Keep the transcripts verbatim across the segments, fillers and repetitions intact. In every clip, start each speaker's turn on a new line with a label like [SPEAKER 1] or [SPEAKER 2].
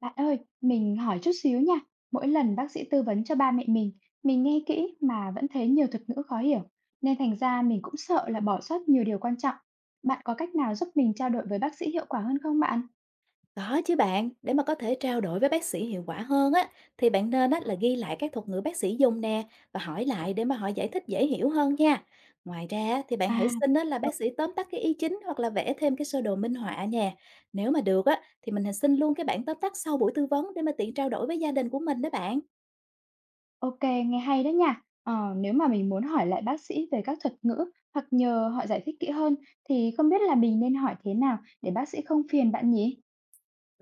[SPEAKER 1] Bạn ơi, mình hỏi chút xíu nha. Mỗi lần bác sĩ tư vấn cho ba mẹ mình, mình nghe kỹ mà vẫn thấy nhiều thuật ngữ khó hiểu, nên thành ra mình cũng sợ là bỏ sót nhiều điều quan trọng. Bạn có cách nào giúp mình trao đổi với bác sĩ hiệu quả hơn không bạn?
[SPEAKER 2] Có chứ bạn, để mà có thể trao đổi với bác sĩ hiệu quả hơn á, thì bạn nên á, là ghi lại các thuật ngữ bác sĩ dùng nè và hỏi lại để mà họ giải thích dễ hiểu hơn nha. Ngoài ra á, thì bạn hãy
[SPEAKER 1] À,
[SPEAKER 2] xin á, là
[SPEAKER 1] được.
[SPEAKER 2] bác sĩ tóm tắt cái ý chính hoặc là vẽ thêm cái sơ đồ minh họa nha. Nếu mà được á, thì mình hãy xin luôn cái bản tóm tắt sau buổi tư vấn để mà tiện trao đổi với gia đình của mình đó bạn.
[SPEAKER 1] OK, nghe hay đó nha. Ờ, nếu mà mình muốn hỏi lại bác sĩ về các thuật ngữ hoặc nhờ họ giải thích kỹ hơn thì không biết là mình nên hỏi thế nào để bác sĩ không phiền bạn nhỉ?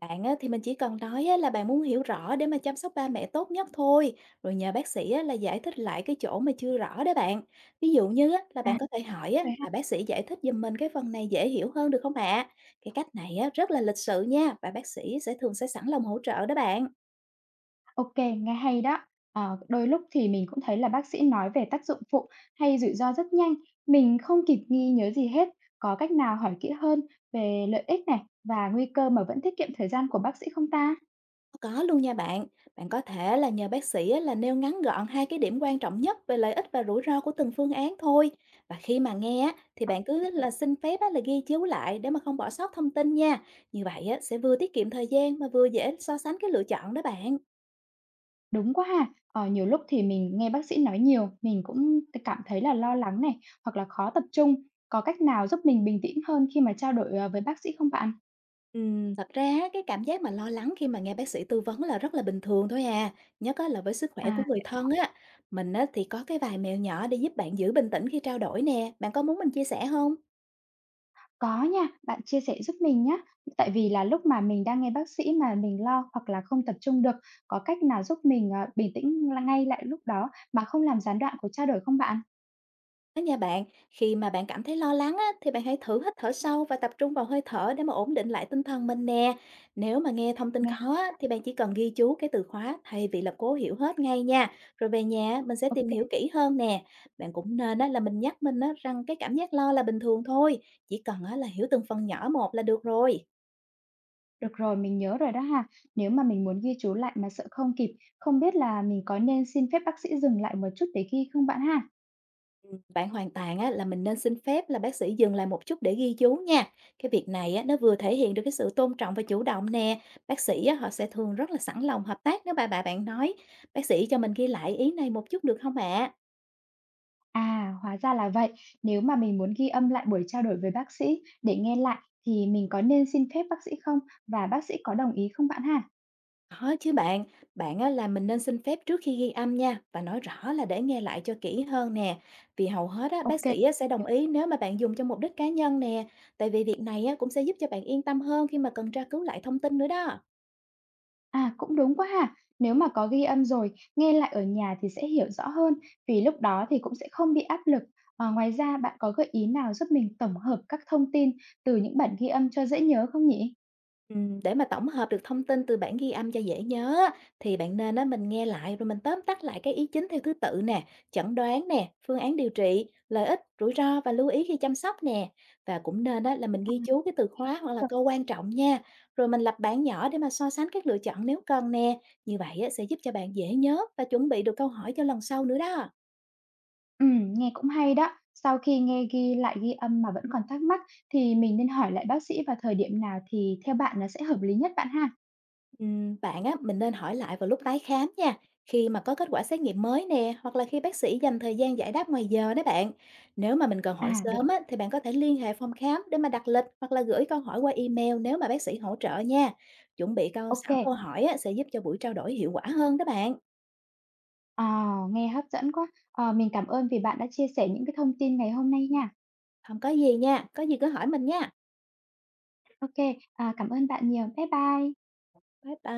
[SPEAKER 2] Bạn á, thì mình chỉ cần nói á, là bạn muốn hiểu rõ để mà chăm sóc ba mẹ tốt nhất thôi, rồi nhờ bác sĩ á, là giải thích lại cái chỗ mà chưa rõ đó bạn. Ví dụ như á, là
[SPEAKER 1] À,
[SPEAKER 2] bạn có thể hỏi á,
[SPEAKER 1] vậy hả?
[SPEAKER 2] là bác sĩ giải thích giùm mình cái phần này dễ hiểu hơn được không ạ? Cái cách này á, rất là lịch sự nha và bác sĩ sẽ thường sẽ sẵn lòng hỗ trợ đó bạn.
[SPEAKER 1] OK, nghe hay đó. Ờ, đôi lúc thì mình cũng thấy là bác sĩ nói về tác dụng phụ hay rủi ro rất nhanh, mình không kịp ghi nhớ gì hết. Có cách nào hỏi kỹ hơn về lợi ích này và nguy cơ mà vẫn tiết kiệm thời gian của bác sĩ không ta?
[SPEAKER 2] Có luôn nha bạn. Bạn có thể là nhờ bác sĩ á, là nêu ngắn gọn hai cái điểm quan trọng nhất về lợi ích và rủi ro của từng phương án thôi. Và khi mà nghe á, thì
[SPEAKER 1] Ô.
[SPEAKER 2] bạn cứ là xin phép á, là ghi chiếu lại để mà không bỏ sót thông tin nha. Như vậy á, sẽ vừa tiết kiệm thời gian mà vừa dễ so sánh cái lựa chọn đó bạn.
[SPEAKER 1] Đúng quá ha. Ờ, nhiều lúc thì mình nghe bác sĩ nói nhiều, mình cũng t cảm thấy là lo lắng này, hoặc là khó tập trung. Có cách nào giúp mình bình tĩnh hơn khi mà trao đổi, ờ, với bác sĩ không bạn?
[SPEAKER 2] Ừm, thật ra á, cái cảm giác mà lo lắng khi mà nghe bác sĩ tư vấn là rất là bình thường thôi à. Nhất á, là với sức khỏe của
[SPEAKER 1] À.
[SPEAKER 2] người thân á. Mình á, thì có cái vài mẹo nhỏ để giúp bạn giữ bình tĩnh khi trao đổi nè. Bạn có muốn mình chia sẻ không?
[SPEAKER 1] Có nha, bạn chia sẻ giúp mình nhé. Tại vì là lúc mà mình đang nghe bác sĩ mà mình lo hoặc là không tập trung được, có cách nào giúp mình, ờ, bình tĩnh l ngay lại lúc đó mà không làm gián đoạn cuộc trao đổi không bạn?
[SPEAKER 2] Đó nha bạn, khi mà bạn cảm thấy lo lắng á, thì bạn hãy thử hít thở sâu và tập trung vào hơi thở để mà ổn định lại tinh thần mình nè. Nếu mà nghe thông tin
[SPEAKER 1] Nghe
[SPEAKER 2] khó
[SPEAKER 1] hay.
[SPEAKER 2] á, thì bạn chỉ cần ghi chú cái từ khóa thay vì là cố hiểu hết ngay nha. Rồi về nhà á, mình sẽ
[SPEAKER 1] Ô,
[SPEAKER 2] tìm hiểu kỹ hơn nè. Bạn cũng nên á, là mình nhắc mình á, rằng cái cảm giác lo là bình thường thôi, chỉ cần á, là hiểu từng phần nhỏ một là được rồi.
[SPEAKER 1] được rồi, mình nhớ rồi đó ha. Nếu mà mình muốn ghi chú lại mà sợ không kịp, không biết là mình có nên xin phép bác sĩ dừng lại một chút để ghi không bạn ha?
[SPEAKER 2] Bạn hoàn toàn á, là mình nên xin phép là bác sĩ dừng lại một chút để ghi chú nha. Cái việc này á, nó vừa thể hiện được cái sự tôn trọng và chủ động nè. Bác sĩ á, họ sẽ thường rất là sẵn lòng hợp tác nếu bà bà bạn nói. Bác sĩ cho mình ghi lại ý này một chút được không ạ?
[SPEAKER 1] À, hóa ra là vậy. Nếu mà mình muốn ghi âm lại buổi trao đổi với bác sĩ để nghe lại thì mình có nên xin phép bác sĩ không? Và bác sĩ có đồng ý không bạn ha?
[SPEAKER 2] Có chứ bạn, bạn á, là mình nên xin phép trước khi ghi âm nha và nói rõ là để nghe lại cho kỹ hơn nè. Vì hầu hết á, bác
[SPEAKER 1] OK.
[SPEAKER 2] sĩ á, sẽ đồng ý nếu mà bạn dùng cho mục đích cá nhân nè. Tại vì việc này á, cũng sẽ giúp cho bạn yên tâm hơn khi mà cần tra cứu lại thông tin nữa đó.
[SPEAKER 1] À, cũng đúng quá ha. Nếu mà có ghi âm rồi, nghe lại ở nhà thì sẽ hiểu rõ hơn, vì lúc đó thì cũng sẽ không bị áp lực. Ờ, ngoài ra bạn có gợi ý nào giúp mình tổng hợp các thông tin từ những bản ghi âm cho dễ nhớ không nhỉ?
[SPEAKER 2] Ừm, để mà tổng hợp được thông tin từ bản ghi âm cho dễ nhớ á, thì bạn nên á, mình nghe lại rồi mình tóm tắt lại cái ý chính theo thứ tự nè, chẩn đoán nè, phương án điều trị, lợi ích, rủi ro và lưu ý khi chăm sóc nè. Và cũng nên á, là mình ghi
[SPEAKER 1] Ừm.
[SPEAKER 2] chú cái từ khóa hoặc là câu quan trọng nha. Rồi mình lập bảng nhỏ để mà so sánh các lựa chọn nếu cần nè. Như vậy á, sẽ giúp cho bạn dễ nhớ và chuẩn bị được câu hỏi cho lần sau nữa đó.
[SPEAKER 1] Ừm, nghe cũng hay đó. Sau khi nghe ghi lại ghi âm mà vẫn còn thắc mắc thì mình nên hỏi lại bác sĩ vào thời điểm nào thì theo bạn nó sẽ hợp lý nhất bạn ha?
[SPEAKER 2] Ừm, bạn á, mình nên hỏi lại vào lúc tái khám nha, khi mà có kết quả xét nghiệm mới nè, hoặc là khi bác sĩ dành thời gian giải đáp ngoài giờ đó bạn. Nếu mà mình cần hỏi
[SPEAKER 1] À, đúng,
[SPEAKER 2] sớm á, thì bạn có thể liên hệ phòng khám để mà đặt lịch hoặc là gửi câu hỏi qua email nếu mà bác sĩ hỗ trợ nha. Chuẩn bị câu
[SPEAKER 1] OK
[SPEAKER 2] sẵn
[SPEAKER 1] kê.
[SPEAKER 2] câu hỏi á, sẽ giúp cho buổi trao đổi hiệu quả hơn đó bạn.
[SPEAKER 1] Ờ, nghe hấp dẫn quá. Ờ, mình cảm ơn vì bạn đã chia sẻ những cái thông tin ngày hôm nay nha.
[SPEAKER 2] Không có gì nha, có gì cứ hỏi mình nha.
[SPEAKER 1] OK, à, cảm ơn bạn nhiều. Bye bye.
[SPEAKER 2] Bye bye.